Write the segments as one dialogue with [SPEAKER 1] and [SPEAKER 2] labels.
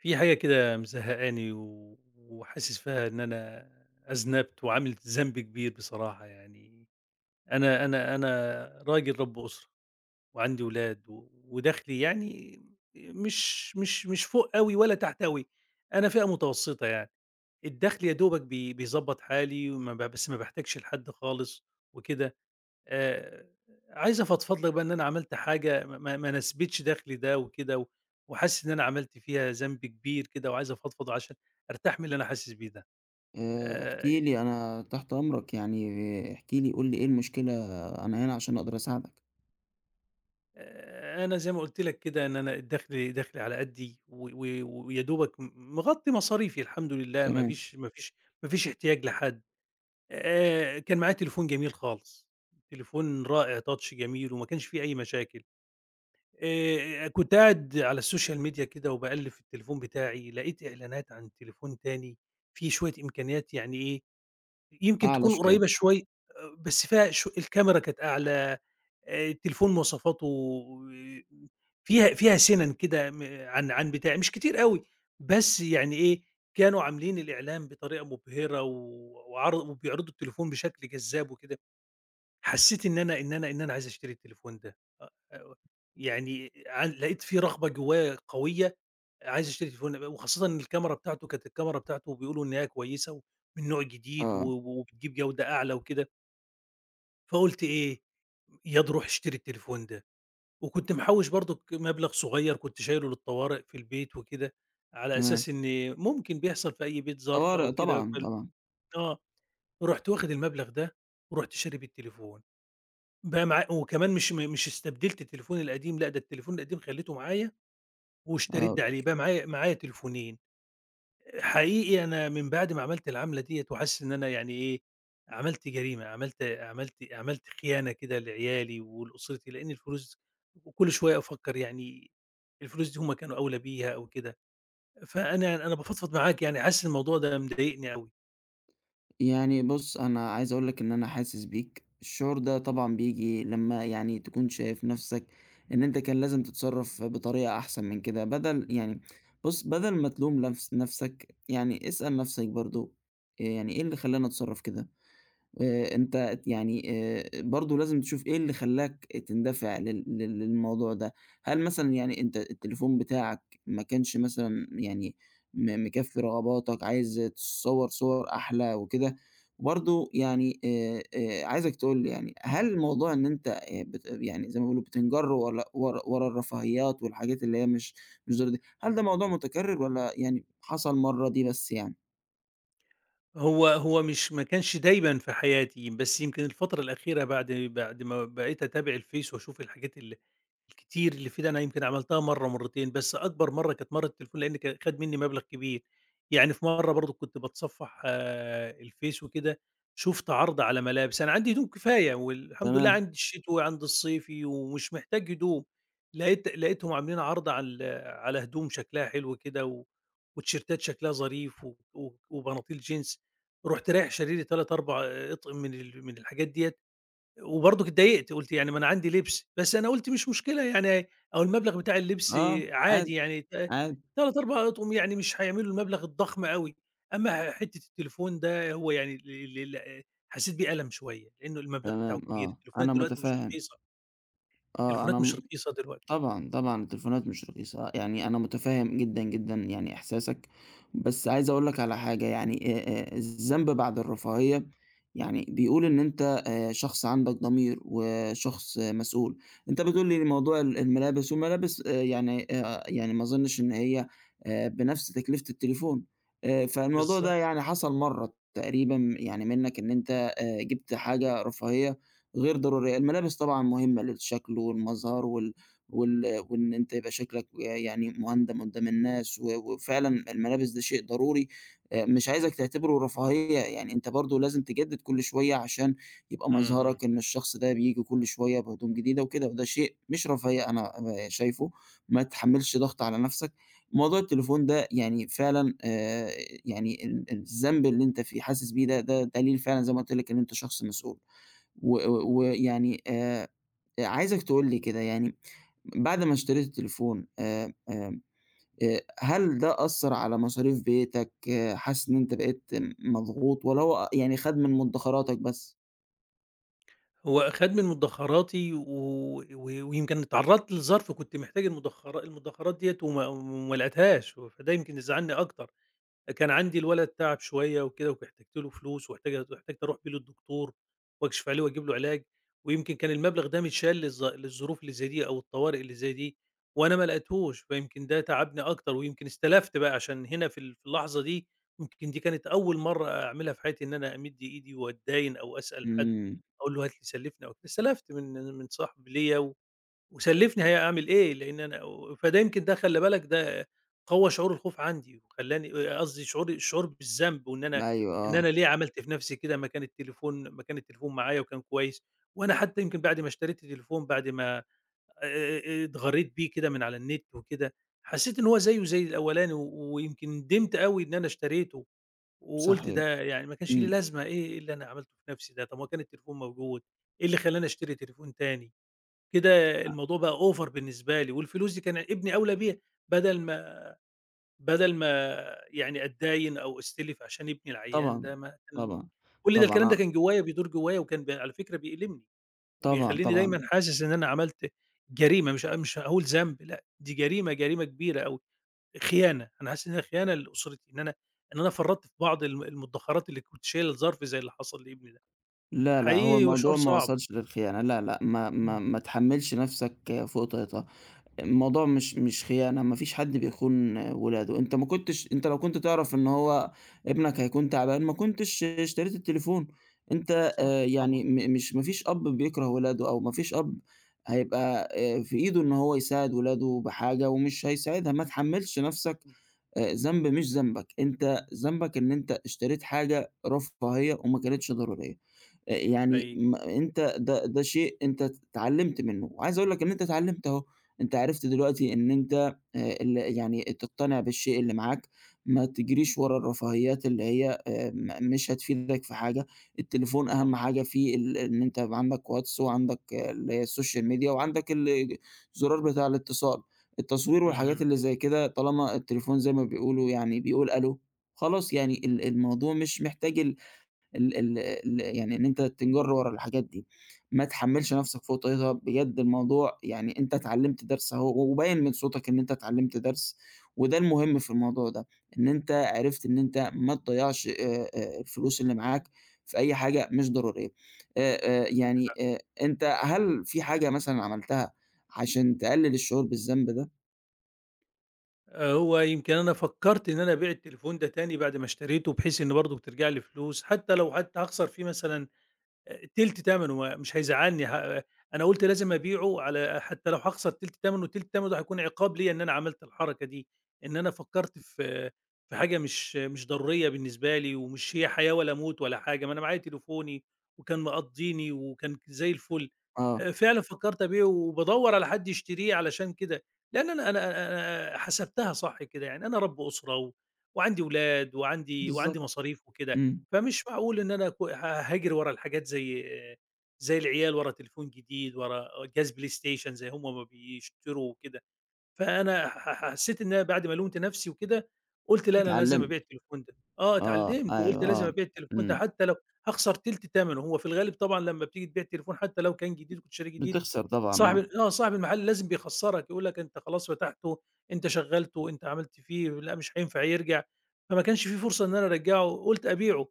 [SPEAKER 1] في حاجة كده مزهقاني و... وحاسس فيها إن أنا أذنبت وعملت ذنب كبير، بصراحة يعني. أنا راجل رب أسرة، وعندي ولاد، و... ودخلي يعني مش فوق قوي ولا تحت قوي. أنا فئة متوسطة، يعني الدخل يا دوبك بيظبط حالي، بس ما بحتاجش لحد خالص وكده. آآ، عايز أفضفض لك بقى إن أنا عملت حاجة ما ناسبتش دخلي ده وكده، و وحاسس إن أنا عملت فيها ذنب كبير كده، وعايز أفضفض عشان أرتاح من اللي أنا حاسس بيه ده.
[SPEAKER 2] احكِ
[SPEAKER 1] آآ،
[SPEAKER 2] لي أنا تحت أمرك، يعني احكِ لي قُل لي إيه المشكلة، أنا هنا عشان أقدر أساعدك.
[SPEAKER 1] أنا زي ما قُلت لك كده إن أنا دخلي على قدّي، و و ويا دوبك مغطّي مصاريفي، الحمد لله. ما
[SPEAKER 2] تمام،
[SPEAKER 1] فيش ما فيش ما فيش احتياج لحد. كان معايا تليفون جميل خالص، تليفون رائع touch جميل، وما كانش فيه أي مشاكل. كنت قاعد على السوشيال ميديا كده وباقلِّب في التليفون بتاعي، لقيت إعلانات عن تليفون تاني فيه شوية إمكانيات، يعني إيه، يمكن
[SPEAKER 2] أعلى
[SPEAKER 1] تكون
[SPEAKER 2] شوية،
[SPEAKER 1] قريّبة شوي، بس فيها الكاميرا كانت أعلى. التليفون مواصفاته فيها سِنَن كده، م عن عن بتاعي، مش كتير أوي، بس يعني إيه، كانوا عاملين الإعلان بطريقة مبهرة، و وعرض وبيعرضوا التليفون بشكل جذاب وكده. حسّيت إن أنا عايز أشتري التليفون ده، آه، يعني لقيت في رغبة جوايا قوية، عايز أشتري التليفون ده، وخاصةً إن الكاميرا بتاعته كانت، الكاميرا بتاعته بيقولوا إن هي كويسة ومن نوع جديد، و
[SPEAKER 2] آه،
[SPEAKER 1] و- وبتجيب جودة أعلى وكده. فقُلت إيه، ياض روح اشتري التليفون ده. وكنت محوّش برضُك مبلغ صغيّر كنت شايله للطوارئ في البيت وكده، على
[SPEAKER 2] تمام.
[SPEAKER 1] أساس إن ممكن بيحصل في أي بيت ظرف
[SPEAKER 2] طوارئ
[SPEAKER 1] أو كده،
[SPEAKER 2] طبعًا، طبعًا،
[SPEAKER 1] آه. رُحت واخد المبلغ ده ورُحت شاري بيه التليفون. بقى معايا، وكمان مش استبدلت تليفوني القديم، لأ، ده التليفون القديم خلّيته معايا واشتريت
[SPEAKER 2] آه.
[SPEAKER 1] ده عليه، بقى معايا تليفونين. حقيقي أنا من بعد ما عملت العَملة ديّة، وحاسس إن أنا يعني إيه، عملت جريمة، عملت خيانة كده لعيالي ولأسرتي، لإن الفلوس، وكل شوية أفكّر يعني الفلوس دي هم كانوا أولى بيها أو كده. فأنا بافضفض معاك يعني، حاسس الموضوع ده مضايقني أوي.
[SPEAKER 2] يعني بُص، أنا عايز أقول لك إن أنا حاسس بيك، الشعور ده طبعًا بييجي لمّا يعني تكون شايف نَفْسك إن أنت كان لازم تتصرّف بطريقة أحسن من كده، بدل يعني بُص، بدل ما تلوم نَفْسك، يعني اسأل نَفْسك برضه، يعني إيه اللي خلّاني أتصرّف كده؟ أنت يعني برضه لازم تشوف إيه اللي خلّاك تندفع لل لل للموضوع ده، هل مثلًا يعني أنت التليفون بتاعك ما كانش مثلًا يعني مكفّي رغباتك، عايز تتصوّر صور أحلى وكده؟ وبرضه يعني عايزك تقول لي يعني هل موضوع إن أنت بت يعني زي ما بيقولوا بتنجر ورا الرفاهيات والحاجات اللي هي مش ضرورية دي، هل ده موضوع متكرر والّا يعني حصل مرّة دي بس يعني؟
[SPEAKER 1] هو مش ما كانش دايمًا في حياتي، بس يمكن الفترة الأخيرة بعد ما بقيت أتابع الفيس وأشوف الحاجات الكتير اللي فيه ده، أنا يمكن عملتها مرّة، مرّتين، بس أكبر مرّة كانت مرّة التليفون، لإن خَد منّي مبلغ كبير. يعني في مرّة برضه كنت باتصفّح الفيس وكده، شُفت عرض على ملابس، أنا عندي هدوم كفاية والحمد لله،
[SPEAKER 2] تمام،
[SPEAKER 1] عندي الشتوي وعندي الصيفي ومش محتاج هدوم، لقيتهم عاملين عرض على هدوم شكلها حلو كده، و وتيشيرتات شكلها ظريف، و و وبناطيل جينز. رُحت رايح شاري لي 3، 4 أطقم من الحاجات ديّة، وبرضك اتضايقت، قُلت يعني ما أنا عندي لبس، بس أنا قُلت مش مشكلة يعني، أهو المبلغ بتاع اللبس
[SPEAKER 2] آه،
[SPEAKER 1] عادي
[SPEAKER 2] عادي،
[SPEAKER 1] يعني،
[SPEAKER 2] عادي.
[SPEAKER 1] 3، 4 أطقم يعني مش هيعملوا المبلغ الضخم أوي. أمّا حتّة التليفون ده هو يعني، ال ال ال حسّيت بيه ألم شوية، لإنه المبلغ بتاعه
[SPEAKER 2] تمام
[SPEAKER 1] كبير،
[SPEAKER 2] آه،
[SPEAKER 1] التليفونات
[SPEAKER 2] أنا
[SPEAKER 1] دلوقتي مش
[SPEAKER 2] متفهّم،
[SPEAKER 1] رخيصة،
[SPEAKER 2] آه، أنا
[SPEAKER 1] التليفونات مش
[SPEAKER 2] م
[SPEAKER 1] رخيصة دلوقتي.
[SPEAKER 2] طبعًا،
[SPEAKER 1] إمم.
[SPEAKER 2] طبعًا التليفونات مش رخيصة، يعني أنا متفهم جدًا، جدًا يعني إحساسك، بس عايز أقول لك على حاجة يعني الذنب بعد الرفاهية يعني بيقول إن أنت شخص عندك ضمير وشخص آه، مسؤول، أنت بتقول لي موضوع الملابس والملابس يعني يعني ما أظنش إن هي بنفس تكلفة التليفون، فالموضوع ده
[SPEAKER 1] بالضبط.
[SPEAKER 2] يعني حصل مرّة تقريبًا يعني منّك إن أنت جبت حاجة رفاهية غير ضرورية، الملابس طبعًا مهمة للشكل والمظهر وال وال وإن أنت يبقى شكلك يعني مهندم قدّام الناس وفعلًا الملابس ده شيء ضروري، مش عايزك تعتبره رفاهية، يعني أنت برضه لازم تجدد كل شوية عشان يبقى
[SPEAKER 1] اهم.
[SPEAKER 2] مظهرك إن الشخص ده بييجي كل شوية بهدوم جديدة وكده، وده شيء مش رفاهية أنا شايفه، ما تحمّلش ضغط على نَفْسك. موضوع التليفون ده يعني فعلًا يعني الذنب اللي أنت فيه حاسس بيه ده، ده دليل فعلًا زي ما قُلت لك إن أنت شخص مسؤول، و و- ويعني عايزك تقول لي كده يعني بعد ما اشتريت التليفون هل ده أثّر على مصاريف بيتك، آه، حاسس إن أنت بقيت مضغوط والّا هو يعني خَد من مدخراتك بس؟
[SPEAKER 1] هو خَد من مدخراتي، و و ويمكن اتعرّضت لظرف كنت محتاج المدخرات ديّة، وما لقيتهاش، فده يمكن اللي زعّلني أكتر. كان عندي الولد تعب شوية وكده، واحتجت له فلوس، واحتجت أروح بيه للدكتور وأكشف عليه وأجيب له علاج. ويمكن كان المبلغ ده متشال للظروف اللي زي دي أو الطوارئ اللي زي دي، وأنا ما لقيتهوش، فيمكن ده تعبني أكتر، ويمكن استلفت بقى عشان هنا في اللحظة دي. يمكن دي كانت أول مرة أعملها في حياتي، إن أنا أمد إيدي وأتداين أو أسأل حد
[SPEAKER 2] إمم،
[SPEAKER 1] أقول له هات لي سلفني أو كده. استلفت من صاحب ليا وسلّفني، هي أعمل إيه، لإن أنا، فده يمكن ده خلّي بالك ده قوّى شعور الخوف عندي، وخلّاني قصدي، الشعور بالذنب، وإن أنا
[SPEAKER 2] أيوه
[SPEAKER 1] إن
[SPEAKER 2] آه،
[SPEAKER 1] أنا ليه عملت في نفسي كده، ما كان التليفون معايا وكان كويس. وأنا حتى يمكن بعد ما اشتريت التليفون، بعد ما اتغرّيت بيه كده من على النت وكده، حسّيت إن هو زيه زي الأولاني، و ويمكن ندمت أوي إن أنا اشتريته، وقُلت
[SPEAKER 2] صحيح،
[SPEAKER 1] ده يعني ما كانش ليه
[SPEAKER 2] إمم،
[SPEAKER 1] لازمة، إيه اللي أنا عملته في نفسي ده، طَب ما كان التليفون موجود، إيه اللي خلّاني اشتري تليفون تاني؟ كده
[SPEAKER 2] أ
[SPEAKER 1] الموضوع بقى over بالنسبة لي، والفلوس دي كان ابني أولى بيها، بدل ما بدل ما يعني أتداين أو أستلف عشان ابني العيّان
[SPEAKER 2] طبعًا،
[SPEAKER 1] ده، ما كان الم
[SPEAKER 2] طبعًا،
[SPEAKER 1] كل ده
[SPEAKER 2] طبعًا
[SPEAKER 1] الكلام ده
[SPEAKER 2] آه،
[SPEAKER 1] كان جوايا، بيدور جوايا، وكان على فكرة بيألمني،
[SPEAKER 2] طبعًا،
[SPEAKER 1] وبيخلّيني
[SPEAKER 2] طبعًا،
[SPEAKER 1] دايمًا حاسس إن أنا عملت جريمة، مش هاقول ذنب، لأ، دي جريمة، جريمة كبيرة أوي، خيانة، أنا حاسس إنها خيانة لأسرتي، إن أنا فرّطت في بعض المدخرات اللي كنت شايلها الظرف زي اللي حصل لابني ده.
[SPEAKER 2] لا، لأ، هو
[SPEAKER 1] حقيقي هو شعور
[SPEAKER 2] الموضوع ما
[SPEAKER 1] صعب.
[SPEAKER 2] وصلش للخيانة، لا، لأ، ما ما
[SPEAKER 1] إمم.
[SPEAKER 2] ما تحمّلش نَفْسك فوق طاقتها. الموضوع مش خيانة، ما فيش حد بيخون ولاده، أنت ما كنتش أنت لو كنت تعرف إن هو ابنك هيكون تعبان ما كنتش اشتريت التليفون، أنت
[SPEAKER 1] صح طبعًا.
[SPEAKER 2] يعني م مش ما فيش أب بيكره ولاده أو ما فيش أب هيبقى في إيده إن هو يساعد ولاده بحاجة ومش هيساعدها، ما تحمّلش نَفْسك ذنب مش ذنبك، أنت ذنبك إن أنت اشتريت حاجة رفاهية وما كانتش ضرورية. يعني
[SPEAKER 1] حقيقي
[SPEAKER 2] أنت ده شيء أنت اتعلّمت منّه، وعايز أقول لك إن أنت اتعلّمت أهو، أنت عرفت دلوقتي إن أنت يعني تقتنع بالشيء اللي معاك، ما تجريش ورا الرفاهيات اللي هي مش هتفيدك في حاجة، التليفون
[SPEAKER 1] صح.
[SPEAKER 2] أهم حاجة فيه إن أنت يبقى عندك واتس وعندك السوشيال ميديا وعندك الزرار بتاع الاتصال، التصوير والحاجات
[SPEAKER 1] اهم.
[SPEAKER 2] اللي زي كده طالما التليفون زي ما بيقولوا يعني بيقول ألو، خلاص يعني الموضوع مش محتاج ال ال ال ال يعني إن أنت تنجر ورا الحاجات دي، ما تحمّلش نَفْسك فوق طاقتها، بجد الموضوع يعني أنت اتعلّمت درس أهو وباين من صوتك إن أنت اتعلّمت درس، وده المهم في الموضوع ده، إن أنت عرفت إن أنت ما تضيّعش الفلوس اللي معاك في أي حاجة مش ضرورية. آآ
[SPEAKER 1] عندك
[SPEAKER 2] يعني أنت هل في حاجة مثلًا عملتها عشان تقلِّل الشعور بالذنب ده؟
[SPEAKER 1] هو يمكن أنا فكّرت إن أنا أبيع التليفون ده تاني بعد ما اشتريته، بحيث إن برضه بترجع لي فلوس، حتى لو، حتى هاخسر فيه مثلًا تِلت تمنه، ما مش هيزعّلني، أنا قُلت لازم أبيعه، حتى لو هاخسر تِلت تمنه، تِلت تمنه ده هيكون عقاب ليّا إن أنا عملت الحركة دي، إن أنا فكّرت في حاجة مش ضرورية بالنسبة لي ومش هي حياة ولا موت ولا حاجة، ما أنا معايا تليفوني وكان مقضّيني، وكان زي الفُل.
[SPEAKER 2] آه،
[SPEAKER 1] فعلًا فكّرت أبيعه وبادوّر على حد يشتريه علشان كده، لإن أنا حسبتها صح كده، يعني أنا رَب أسرة، و وعندي ولاد، وعندي
[SPEAKER 2] بالضبط،
[SPEAKER 1] مصاريف وكده،
[SPEAKER 2] إمم،
[SPEAKER 1] فمش معقول إن أنا ك ه هاجري ورا الحاجات، زي العيال ورا تليفون جديد، ورا جهاز بلاي ستيشن زي هم ما بيشتروا وكده، فأنا ح ح حسيت إن أنا بعد ما لومت نفسي وكده، قُلت لأ، أنا لازم
[SPEAKER 2] اتعلّمت،
[SPEAKER 1] أبيع التليفون ده، آه
[SPEAKER 2] آه،
[SPEAKER 1] اتعلمت،
[SPEAKER 2] أيوه،
[SPEAKER 1] وقُلت لازم
[SPEAKER 2] آه،
[SPEAKER 1] أبيع التليفون ده
[SPEAKER 2] إمم،
[SPEAKER 1] حتى لو هاخسر تِلت تمنه. هو في الغالب طبعًا لمّا بتيجي تبيع التليفون حتى لو كان جديد وكنت شاريه جديد،
[SPEAKER 2] بتخسر طبعًا،
[SPEAKER 1] صاحب
[SPEAKER 2] آه.
[SPEAKER 1] ال آه صاحب المحل لازم بيخسّرك، يقول لك أنت خلاص فتحته، أنت شغّلته، أنت عملت فيه، لأ مش هينفع يرجع، فما كانش في فرصة إن أنا أرجّعه، قُلت أبيعه.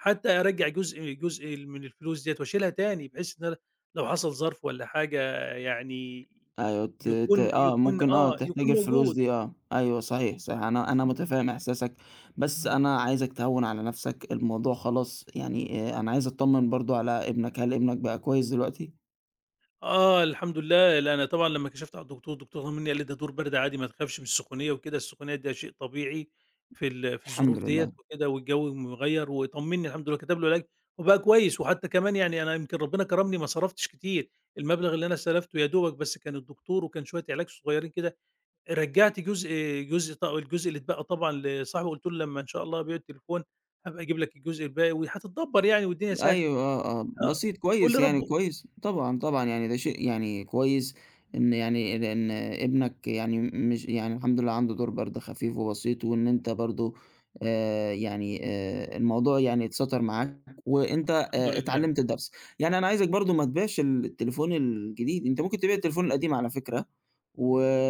[SPEAKER 1] حتى أرجّع جزء من الفلوس ديّة واشيلها تاني، بحيث إن أنا لو حصل ظرف والّا حاجة يعني
[SPEAKER 2] أيوه ت ت
[SPEAKER 1] يكون
[SPEAKER 2] آه،
[SPEAKER 1] يكون
[SPEAKER 2] ممكن آه،
[SPEAKER 1] آه،
[SPEAKER 2] تحتاج
[SPEAKER 1] يكون
[SPEAKER 2] الفلوس
[SPEAKER 1] موجود.
[SPEAKER 2] دي آه، أيوه صحيح، صحيح أنا
[SPEAKER 1] ف
[SPEAKER 2] متفهم إحساسك، بس
[SPEAKER 1] إمم.
[SPEAKER 2] أنا عايزك تهوّن على نفسك الموضوع خلاص يعني أنا عايز أتطمن برضه على ابنك، هل ابنك بقى كويس دلوقتي؟
[SPEAKER 1] آه، الحمد لله. لأ أنا طبعًا لمّا كشفت على الدكتور، الدكتور طمنّي، قال لي: "ده دور برد عادي، ما تخافش من السخونية وكده، السخونية ده شيء طبيعي في
[SPEAKER 2] الحمد
[SPEAKER 1] الظروف ديّة
[SPEAKER 2] لله.
[SPEAKER 1] وكده، والجو مغيّر." وطمنّي الحمد لله، كتب له علاج وبقى كويس. وحتى كمان يعني أنا يمكن ربنا كرمني، ما صرفتش كتير، المبلغ اللي أنا استلفته يا دوبك بس كان الدكتور وكان شوية علاج صغيّرين كده. رجّعت جزء جزء ط الجزء اللي اتبقى طبعًا لصاحبي، قُلت له: "لمّا إن شاء الله أبيع التليفون، هابقى أجيب لك الجزء الباقي وهتتدبّر يعني، والدنيا سهلة."
[SPEAKER 2] أيوه آه، آه،
[SPEAKER 1] آه،
[SPEAKER 2] بسيط
[SPEAKER 1] قُل
[SPEAKER 2] كويس يعني
[SPEAKER 1] لربُّه
[SPEAKER 2] كويس، طبعًا، طبعًا يعني ده شيء يعني كويس إن يعني لإن ابنك يعني مش يعني الحمد لله عنده دور برضه خفيف وبسيط، وإن أنت برضه يعني الموضوع يعني اتسَطر معاك وأنت
[SPEAKER 1] الحمد لله.
[SPEAKER 2] اتعلمت الدرس، يعني أنا عايزك برضه ما تبيعش التليفون الجديد، أنت ممكن تبيع التليفون القديم على فكرة،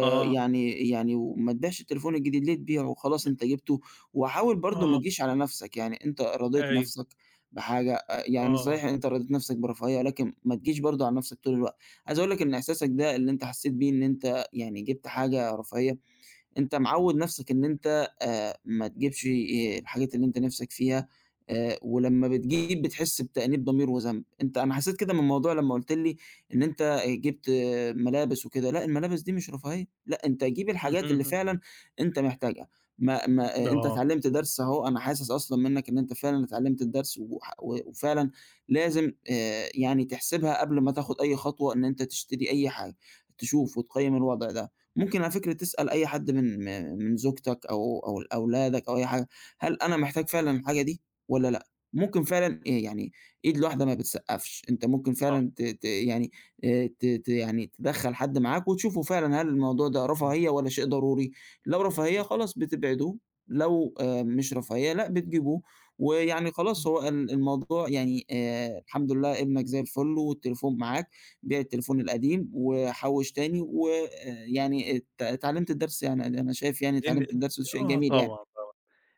[SPEAKER 1] آه،
[SPEAKER 2] يعني وما تبيعش التليفون الجديد، ليه تبيعه؟ خلاص
[SPEAKER 1] ي
[SPEAKER 2] أنت جِبته، وحاول برضه ما
[SPEAKER 1] آه،
[SPEAKER 2] تجيش على نَفْسك، يعني أنت رضيت
[SPEAKER 1] أيوه،
[SPEAKER 2] نَفْسك بحاجة يعني
[SPEAKER 1] آه.
[SPEAKER 2] صحيح أنت رضيت نَفْسك برفاهية، ولكن ما تجيش برضه على نَفْسك طول الوقت. عايز أقول لك إن إحساسك ده اللي أنت حسّيت بيه إن أنت يعني جِبت حاجة رفاهية، أنت معوّد نَفْسك إن أنت ما تجيبش الحاجات اللي أنت نِفْسك فيها، ولمّا بتجيب بتحس بتأنيب ضمير وذنب، أنا حسّيت كده من الموضوع لمّا قُلت لي إن أنت جِبت آه، ملابس وكده، لأ الملابس دي مش رفاهية، لأ أنت جيب
[SPEAKER 1] اهم،
[SPEAKER 2] الحاجات اللي
[SPEAKER 1] اهم.
[SPEAKER 2] فعلًا أنت محتاجها، ما ما آه، أنت
[SPEAKER 1] آه،
[SPEAKER 2] اتعلّمت درس أهو، أنا حاسس أصلًا منّك إن أنت فعلًا اتعلّمت الدرس وح و وفعلًا لازم يعني تحسبها قبل ما تاخُد أي خطوة إن أنت تشتري أي حاجة، تشوف وتقيّم الوضع ده. ممكن على فكرة تسأل أي حد من زوجتك أو أولادك أو أي حاجة، هل أنا محتاج فعلًا الحاجة دي والّا لأ؟ ممكن فعلًا يعني إيد الواحدة ما بتسقّفش، أنت ممكن
[SPEAKER 1] صح،
[SPEAKER 2] فعلًا ت ت يعني ت ت يعني تدخّل حد معاك وتشوفوا فعلًا هل الموضوع ده
[SPEAKER 1] إمم،
[SPEAKER 2] رفاهية والّا شيء ضروري، لو رفاهية
[SPEAKER 1] اهم.
[SPEAKER 2] خلاص بتبعدوه، لو مش رفاهية لأ بتجيبوه، ويعني خلاص هو الموضوع يعني الحمد لله ابنك زي الفل والتليفون معاك بيع التليفون القديم وحوّش تاني، ويعني اتعلّمت الدرس يعني أنا شايف يعني
[SPEAKER 1] دي ن
[SPEAKER 2] اتعلّمت الدرس
[SPEAKER 1] د
[SPEAKER 2] وده شيء
[SPEAKER 1] آه
[SPEAKER 2] جميل يعني.
[SPEAKER 1] طبعًا، طبعًا.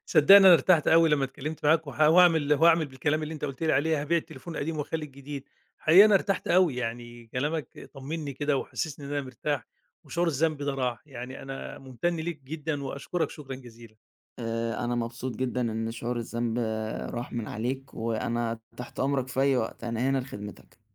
[SPEAKER 1] صدقني أنا ارتحت أوي لمّا اتكلمت معاك، وه وهاعمل وهاعمل بالكلام اللي أنت قُلت لي عليه، هابيع التليفون القديم واخلّي الجديد. حقيقي أنا ارتحت أوي، يعني كلامك طمّني كده وحسّسني إن أنا مرتاح وشعور الذنب ده راح. يعني أنا ممتن ليك جدًا وأشكرك شكرًا جزيلًا.
[SPEAKER 2] أنا مبسوط جدًا إن شعور الذنب آه، راح من عليك، وأنا تحت أمرك في أي وقت، أنا هنا لخدمتك.